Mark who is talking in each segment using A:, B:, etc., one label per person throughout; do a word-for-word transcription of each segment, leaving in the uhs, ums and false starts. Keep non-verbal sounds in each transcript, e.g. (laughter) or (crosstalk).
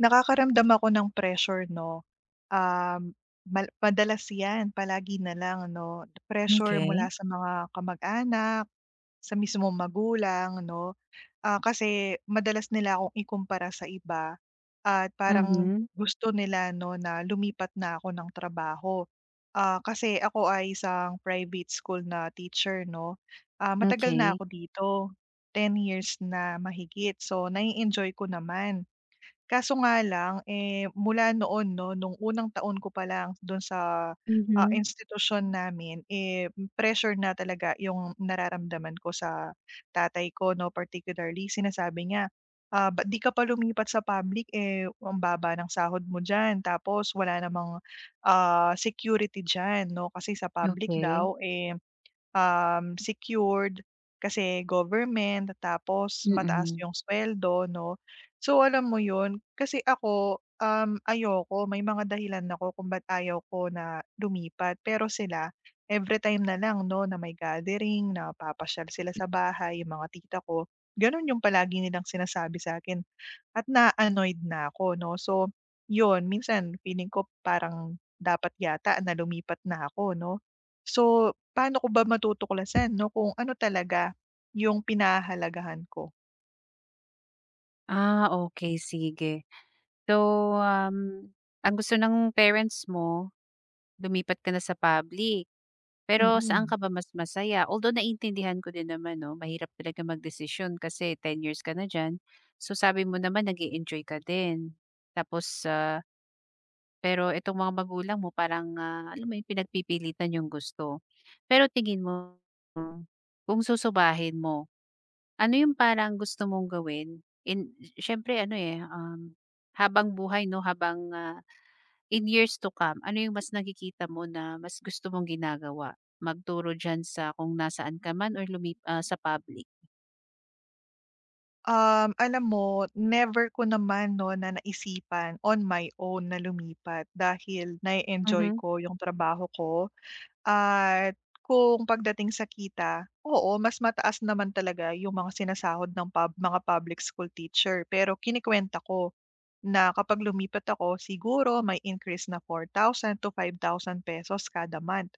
A: Nakakaramdam ako ng pressure 'no, um, mal madalas 'yan palagi na lang 'no, pressure
B: Okay.
A: mula sa mga kamag-anak, sa mismong magulang 'no. Ah, kasi madalas nila akong ikumpara sa iba at parang
B: Mhm,
A: gusto nila 'no na lumipat na ako ng trabaho. Ah, kasi ako ay isang private school na teacher 'no. Ah, matagal na
B: okey.
A: ako dito, ten years na mahigit, so na enjoy ko naman. Kaso nga lang, eh, mula noon 'no, nung unang taon ko pa lang dun sa, ah,
B: Mhm.
A: institusyon namin, eh, pressure na talaga yung nararamdaman ko sa tatay ko 'no. Particularly sinasabi niya, "Ah, ba't di ka pa lumipat sa public, eh, ang baba ng sahod mo diyan tapos wala namang, ah, security diyan 'no, kasi sa public
B: Okey,
A: daw, eh, um, secured kasi government tapos mataas
B: mm.
A: yung sweldo 'no." So, alam mo yun, kasi ako, um, ayoko, may mga dahilan ako kung ba't ayaw ko na lumipat. Pero sila, every time na lang 'no na may gathering, na papasyal sila sa bahay, yung mga tita ko, ganun yung palagi nilang sinasabi sa akin at na-annoyed na ako 'no. So, yun, minsan feeling ko parang dapat yata na lumipat na ako 'no. So, paano ko ba matutuklasan 'no kung ano talaga yung pinahahalagahan ko?
B: Ah, okay, sige. So, um, ang gusto ng parents mo lumipat ka na sa public, pero saan
A: Mm.
B: ka ba mas masaya? Although naiintindihan ko din naman 'no, mahirap talaga magdesisyon kasi ten years ka na diyan. So, sabi mo naman nag-e-enjoy ka din tapos. ah Pero itong mga magulang mo parang, ah, alam mo 'yun, pinagpipilitan yung gusto. Pero tingin mo, kung susubahin mo, ano yung parang gusto mong gawin? In siyempre ano, eh, um, habang buhay 'no, habang, ah, in years to come, ano yung mas nakikita mo na mas gusto mong ginagawa? Magturo diyan sa kung nasaan ka man or lumi ah, sa public?
A: Um, alam mo, never ko naman 'no na naisipan on my own na lumipat dahil na enjoy
B: Mhm,
A: ko yung trabaho ko. At kung pagdating sa kita, oo, mas mataas naman talaga yung mga sinasahod ng pub mga public school teacher. Pero kinikwenta ko na kapag lumipat ako, siguro may increase na four thousand to ₱five thousand pesos kada month.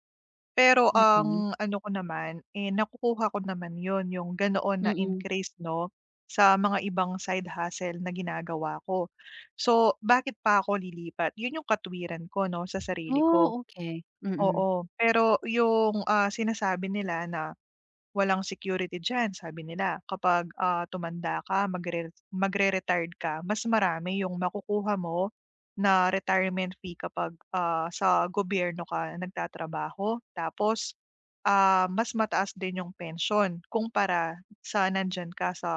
A: Pero
B: okey.
A: ang ano ko naman, eh, nakukuha ko naman yon, yung ganoon na
B: Mm.
A: increase 'no, sa mga ibang side hustle na ginagawa ko. So, bakit pa ako lilipat? Yun yung katwiran ko 'no, sa sarili ko.
B: Oh, okey. Mm.
A: Oo, pero yung, ah, sinasabi nila na walang security diyan, sabi nila kapag, ah, tumanda ka, magre magre-retired ka, mas marami yung makukuha mo na retirement fee kapag, ah, sa gobyerno ka nagtatrabaho, tapos, ah, mas mataas din yung pensyon kumpara sa nandiyan ka sa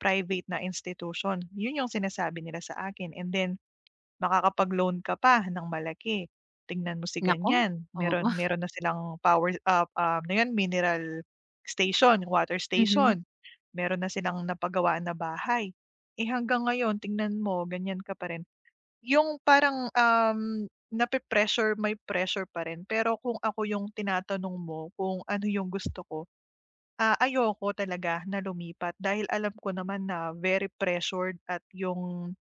A: private na institution. Yun yung sinasabi nila sa akin, and then makakapag-loan ka pa ng malaki. Tingnan mo si
B: Naku,
A: ganyan,
B: oo.
A: meron
B: (laughs)
A: meron na silang power, ah, ah, ano yun, mineral station, water station.
B: Mhm,
A: Meron na silang napagawa na bahay. Eh, hanggang ngayon tingnan mo, ganyan ka pa rin. Yung parang, um, nape-pressure, may pressure pa rin. Pero kung ako yung tinatanong mo kung ano yung gusto ko, ah, ayoko talaga na lumipat dahil alam ko naman na very pressured, at yung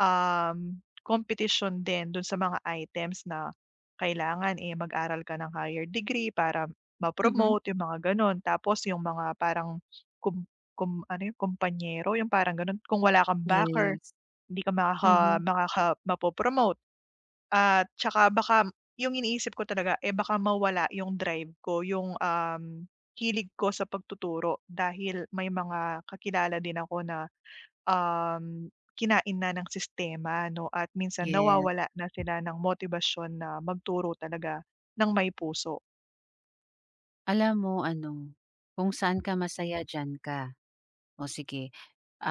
A: um, competition din dun sa mga items na kailangan, eh, mag-aral ka ng higher degree para
B: mhm.
A: ma-promote, yung mga gano'n. Tapos yung mga parang kum kum ano yun, kumpanyero, yung parang gano'n. Kung wala kang backer,
B: Yes.
A: hindi ka makaka
B: Mhm.
A: makaka mapopromote, at tsaka baka yung iniisip ko talaga, eh, baka mawala yung drive ko, yung, um, hilig ko sa pagtuturo dahil may mga kakilala din ako na um, kinain na ng sistema 'no, at minsan
B: Yes.
A: nawawala na sila ng motibasyon na magturo talaga ng may puso.
B: Alam mo ano, kung saan ka masaya diyan ka. O sige,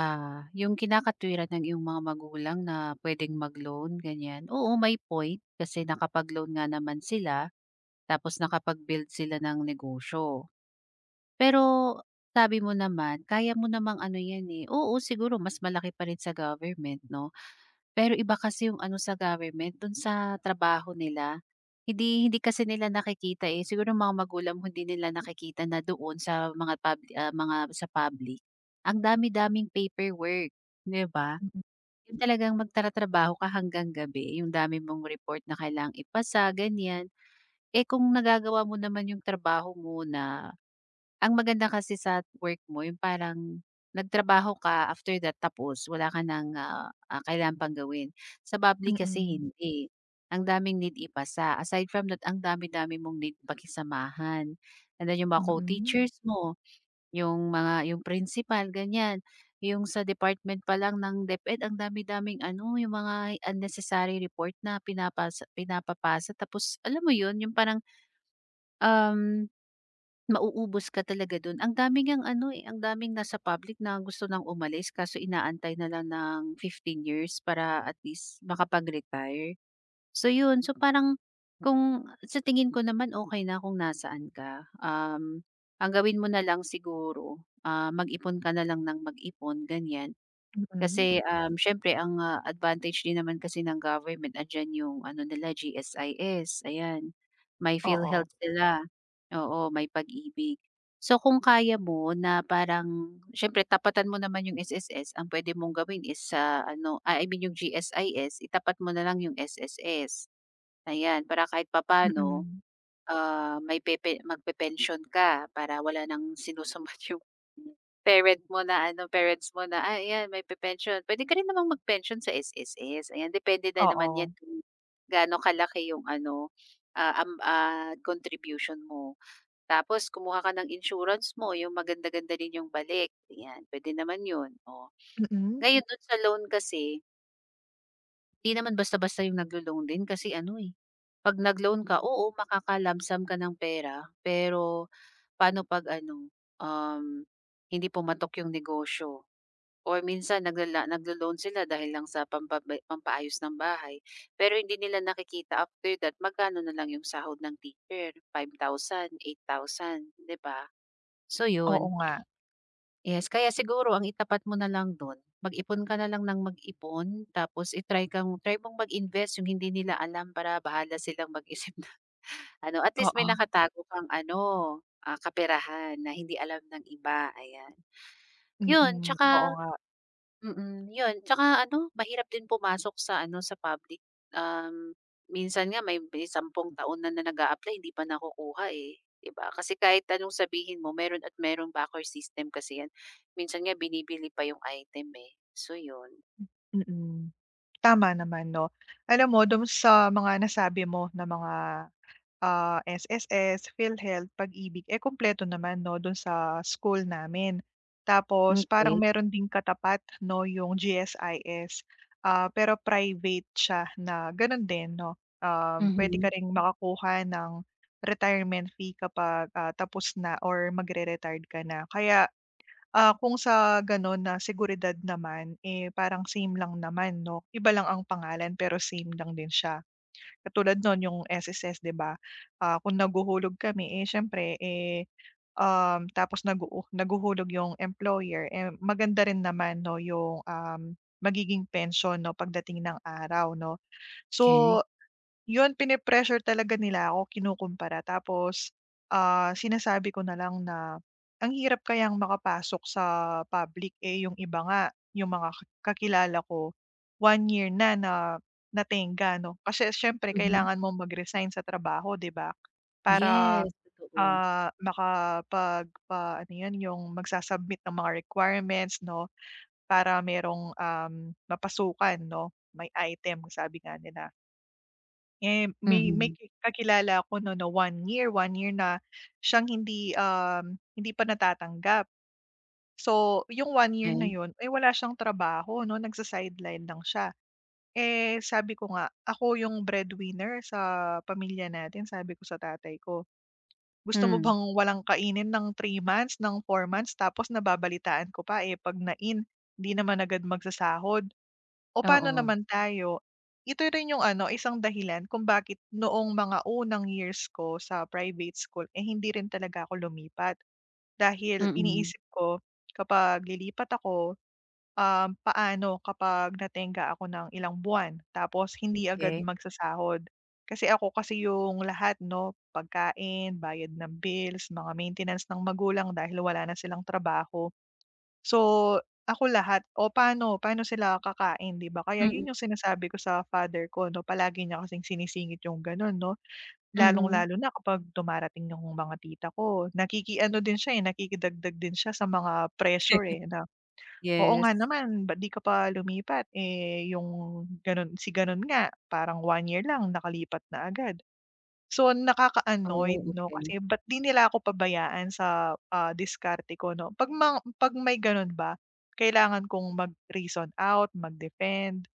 B: ah, yung kinakatwiran ng iyong mga magulang na puwedeng mag-loan ganyan, oo may point kasi nakapag-loan nga naman sila tapos nakapag-build sila ng negosyo. Pero sabi mo naman kaya mo namang ano yan, eh, oo siguro mas malaki pa rin sa government 'no? Pero iba kasi yung ano sa government, dun sa trabaho nila. Hindi hindi kasi nila nakikita, eh, siguro yung mga magulang mo hindi nila nakikita na doon sa mga pub ah, mga sa public, ang dami-daming paperwork, 'di ba?
A: Mm.
B: Yung talagang magtatrabaho ka hanggang gabi, yung dami mong report na kailangang ipasa, ganyan. Eh, kung nagagawa mo naman yung trabaho mo na ang maganda kasi sa work mo yung parang nagtrabaho ka, after that tapos wala ka ng, ah, ah, kailangan pang gawin. Sa public kasi
A: Mm.
B: hindi, ang daming need ipasa. Aside from that, ang dami-dami mong need pakisamahan. And then yung mga
A: Mm.
B: co-teachers mo, yung mga yung principal, ganyan. Yung sa department pa lang ng DepEd ang dami-daming ano, yung mga unnecessary report na pinapasa pinapapasa tapos alam mo yun, yung parang Um, mauubos ka talaga dun. Ang daming ang ano, eh, Ang daming nasa public na gusto nang umalis kaso inaantay na lang ng fifteen years para at least makapag-retire. So yun, so parang kung sa tingin ko naman okay na kung nasaan ka. Um, ang gawin mo na lang siguro, ah, mag-ipon ka na lang ng mag-ipon, ganyan.
A: Mm.
B: Kasi, um, siyempre ang, ah, advantage din naman kasi ng government andiyan yung ano nila G S I S, ayan. May
A: Oo.
B: PhilHealth sila, oo, may Pag-ibig. So, kung kaya mo na parang siyempre tapatan mo naman yung S S S, ang pwede mong gawin is sa ano, ah, I mean yung G S I S, itapat mo na lang yung S S SSS, ayan. Para kahit papano
A: Mm.
B: ah, may pepe magpe-pensyon ka para wala nang sinusumbat yung parent mo na ano, parents mo na, "Ah, ayan may pe-pensyon." Puwede ka rin namang mag-pensyon sa S S S, ayan depende na naman
A: Oo.
B: 'yan kung gaano kalaki yung ano, ah, um, ah, contribution mo. Tapos kumuha ka ng insurance mo, yung maganda-ganda din yung balik, ayan pwede naman 'yun, oh.
A: Mm.
B: Ngayon dun sa loan kasi 'di naman basta-basta yung naglo-loan din kasi ano, eh, 'pag nag-loan ka, oo, makaka-lump ka ng pera, pero paano 'pag ano, um, hindi pumatok yung negosyo or minsan nagla naglo-loan sila dahil lang sa pampabay pampaayos ng bahay, pero hindi nila nakikita after that magkano na lang yung sahod ng teacher, five thousand, eight thousand, 'di ba? So,
A: Oo
B: yun.
A: nga.
B: Yes, kaya siguro ang itapat mo na lang dun, mag-ipon ka na lang ng mag-ipon tapos i-try kang try mong mag-invest yung hindi nila alam para bahala silang mag-isip (laughs) ano, at least may
A: Oo.
B: nakatago kang ano, ah, kaperahan na hindi alam ng iba, ayan. Yun. Hmm.
A: Mm. Oo
B: Tsaka,
A: nga.
B: Mm, 'yun. Tsaka ano, mahirap din pumasok sa ano, sa public. Um, Minsan nga may may sampung taon na na nag apply hindi pa nakukuha, eh, 'di ba? Kasi kahit anong sabihin mo meron at merong backer system kasi 'yan. Minsan nga binibili pa yung item, eh. So 'yun.
A: Mm. Tama naman 'no. Alam mo dun sa mga nasabi mo na mga, Ah, S S S, PhilHealth, Pag-ibig, eh, kumpleto naman 'no, do'n sa school namin. Tapos parang
B: Okay,
A: meron ding katapat 'no, yung G S I S, ah, pero private siya na gano'n din 'no, um, pwede ka ring makakuha ng retirement fee kapag, ah, tapos na or magre-retired ka na. Kaya, ah, kung sa gano'n na seguridad naman, eh, parang same lang naman 'no, iba lang ang pangalan pero same lang din siya. Katulad no'n yung S S S 'di ba, ah, kung naguhulog kami, eh, siyempre, eh, um, tapos nag-u naguhulog yung employer, eh, maganda rin naman 'no yung, um, magiging pensyon 'no pagdating ng araw 'no. So,
B: okey.
A: yun, pine-pressure talaga nila ako, kinukumpara, tapos, ah, sinasabi ko na lang na, "Ang hirap kayang makapasok sa public, eh, yung iba nga, yung mga ka kakilala ko, one year na na natingga," 'no. Kasi siyempre
B: Mhm.
A: kailangan mong mag-resign sa trabaho, 'di ba? Para,
B: Yes, totoo.
A: ah, makapagpa, ano yun, yung magsa ng mga requirements, 'no, para merong, um, mapasukan, 'no, may item, sabi nga nila. Eh, may may
B: Mhm,
A: ki kakilala ako 'no na one year, one year na siyang hindi, um, hindi pa natatanggap. So, yung one year na
B: okay.
A: yun, eh, wala siyang trabaho 'no, nagsa-sideline lang siya. Eh, sabi ko nga, ako yung breadwinner sa pamilya natin, sabi ko sa tatay ko. Gusto mo
B: Hmm,
A: bang walang kainin ng three months, ng four months, tapos nababalitaan ko pa, eh, 'pag na-in, 'di naman agad magsasahod. O paano
B: oo.
A: naman tayo? Ito rin yung ano, isang dahilan kung bakit noong mga unang years ko sa private school, eh, hindi rin talaga ako lumipat. Dahil
B: Mm,
A: iniisip ko, kapag lilipat ako, um, paano kapag natenga ako ng ilang buwan tapos hindi agad
B: okey.
A: magsasahod. Kasi ako kasi yung lahat 'no, pagkain, bayad ng bills, mga maintenance ng magulang dahil wala na silang trabaho. So, ako lahat. O paano paano sila kakain 'di ba? Kaya
B: Mm,
A: yun yung sinasabi ko sa father ko 'no, palagi niya kasing sinisingit yung gano'n 'no.
B: mhm.
A: Lalong-lalo na kapag dumarating yung mga tita ko. Nakikiano din siya, eh, nakikidagdag din siya sa mga pressure,
B: (laughs)
A: eh, na, "Oo nga
B: Yes.
A: naman, ba't 'di ka pa lumipat? Eh, yung gano'n, si gano'n nga parang one year lang nakalipat na agad." So, nakaka-annoyed
B: Oh,
A: 'no, kasi
B: okay.
A: ba't 'di nila ako pabayaan sa, ah, diskarte ko 'no. 'Pag ma 'pag may gano'n ba, kailangan kong mag-reason out, mag-defend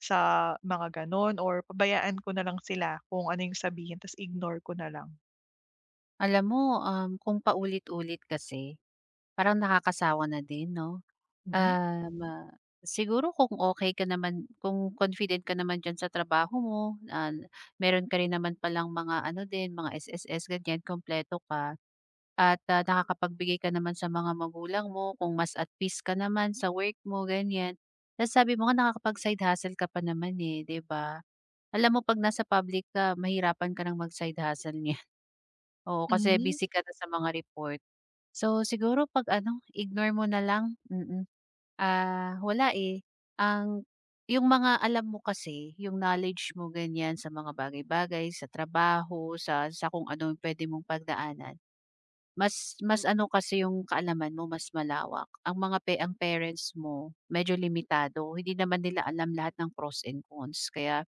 A: sa mga gano'n, or pabayaan ko na lang sila kung ano yung sabihin ta's ignore ko na lang.
B: Alam mo, um, kung paulit-ulit kasi, parang nakakasawa na din 'no?
A: Mm.
B: Um, ah, Siguro kung okay ka naman kung confident ka naman diyan sa trabaho mo, ah, meron ka rin naman palang mga ano din, mga S S S ganyan, kompleto ka at, ah, nakakapagbigay ka naman sa mga magulang mo kung mas at peace ka naman sa work mo, ganyan. Tapos sabi mo nga nakakapag-side hustle ka pa naman, eh, 'di ba? Alam mo 'pag nasa public ka mahirapan ka ng mag-side hustle. Oo, kasi
A: Hmm,
B: busy ka na sa mga report. So, siguro 'pag ano, ignore mo na lang, mm. Ah, wala, eh, ang yung mga alam mo kasi, yung knowledge mo ganiyan sa mga bagay-bagay, sa trabaho, sa sa kung ano yung puwede mong pagdaanan, mas mas ano kasi yung kaalaman mo, mas malawak. Ang mga pe ang parents mo, medyo limitado, hindi naman nila alam lahat ng pros and cons. Kaya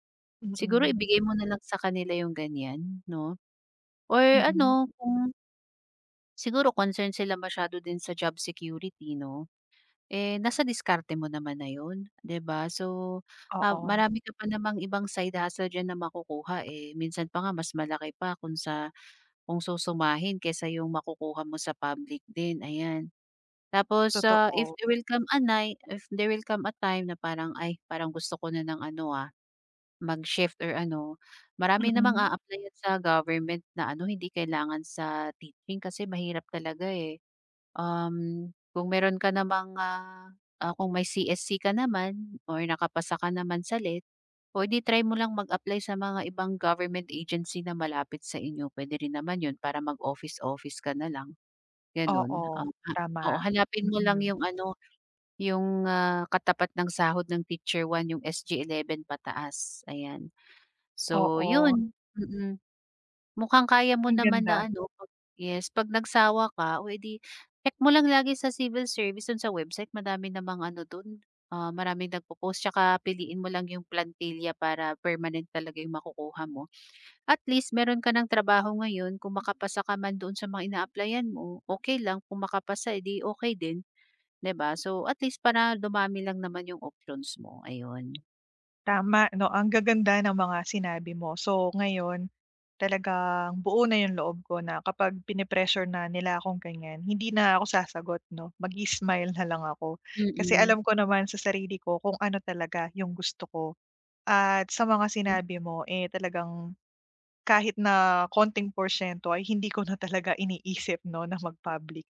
B: siguro
A: mm,
B: ibigay mo na lang sa kanila yung ganiyan, 'no? Or
A: mm.
B: ano, kung siguro concerned sila masyado din sa job security 'no? Eh, nasa diskarte mo naman na 'yun, 'di ba? So, ah,
A: Oo,
B: marami ka pa namang ibang side hustle diyan na makukuha, eh. Minsan pa nga mas malaki pa kung sa kung susumahin kaysa yung makukuha mo sa public din, ayan. Tapos, ah, if
A: totoo.
B: there will come a night if there will come a time na parang, "Ay, parang gusto ko na ng ano, ah, mag-shift or ano." Marami namang
A: Mm,
B: a-applyan sa government na ano, hindi kailangan sa teaching kasi mahirap talaga, eh. Um, kung meron ka namang, ah, ah, kung may C S C ka naman or nakapasa ka naman sa L E T, o di try mo lang mag-apply sa mga ibang government agency na malapit sa inyo. Puwede rin naman 'yun para mag-office-office ka na lang,
A: oo,
B: gano'n. Um, ha
A: tama.
B: Oo, hanapin mo lang
A: Mm,
B: 'yung ano, 'yung, ah, katapat ng sahod ng Teacher one 'yung S G eleven pataas, ayan. So
A: oo,
B: 'yun, mm. Mukhang kaya mo
A: ang
B: naman
A: ganda.
B: na Mm. ano 'pag yes, 'pag nagsawa ka o eh, check mo lang lagi sa civil service dun sa website madami namang ano dun, ah, maraming nagpo-post tsaka piliin mo lang yung plantilla para permanent talaga yung makukuha mo. At least meron ka ng trabaho ngayon kung makapasa ka man doon sa mga inaaplayan mo, okay lang kung makapasa, eh, di okey din, 'di ba? So, at least para dumami lang naman yung options mo, ayun.
A: Tama 'no, ang gaganda ng mga sinabi mo. So ngayon, talagang buo na yung loob ko na kapag pinipressure na nila akong ganyan, hindi na ako sasagot 'no, mag smile na lang ako. Kasi
B: Mm.
A: alam ko naman sa sarili ko kung ano talaga yung gusto ko. At sa mga sinabi mo, eh, talagang kahit na konting porsiyento ay hindi ko na talaga iniisip 'no na mag-public.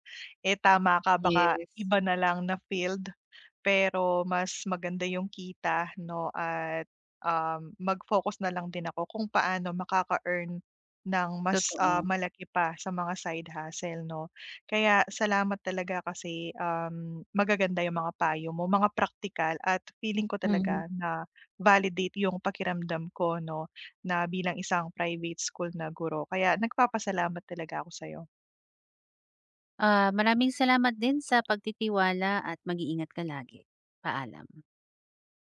A: Eh, tama ka, baka
B: Yes.
A: iba na lang na field, pero mas maganda yung kita 'no, at um, mag-focus na lang din ako kung paano makaka-earn ng mas, ah,
B: Totoo.
A: malaki pa sa mga side hustle 'no. Kaya salamat talaga, kasi, um, magaganda yung mga payo mo, mga practical, at feeling ko
B: Mhm.
A: talaga na validate yung pakiramdam ko 'no na bilang isang private school na guro. Kaya nagpapasalamat talaga ako sa'yo.
B: Ah, maraming salamat din sa pagtitiwala at mag-iingat ka lagi. Paalam.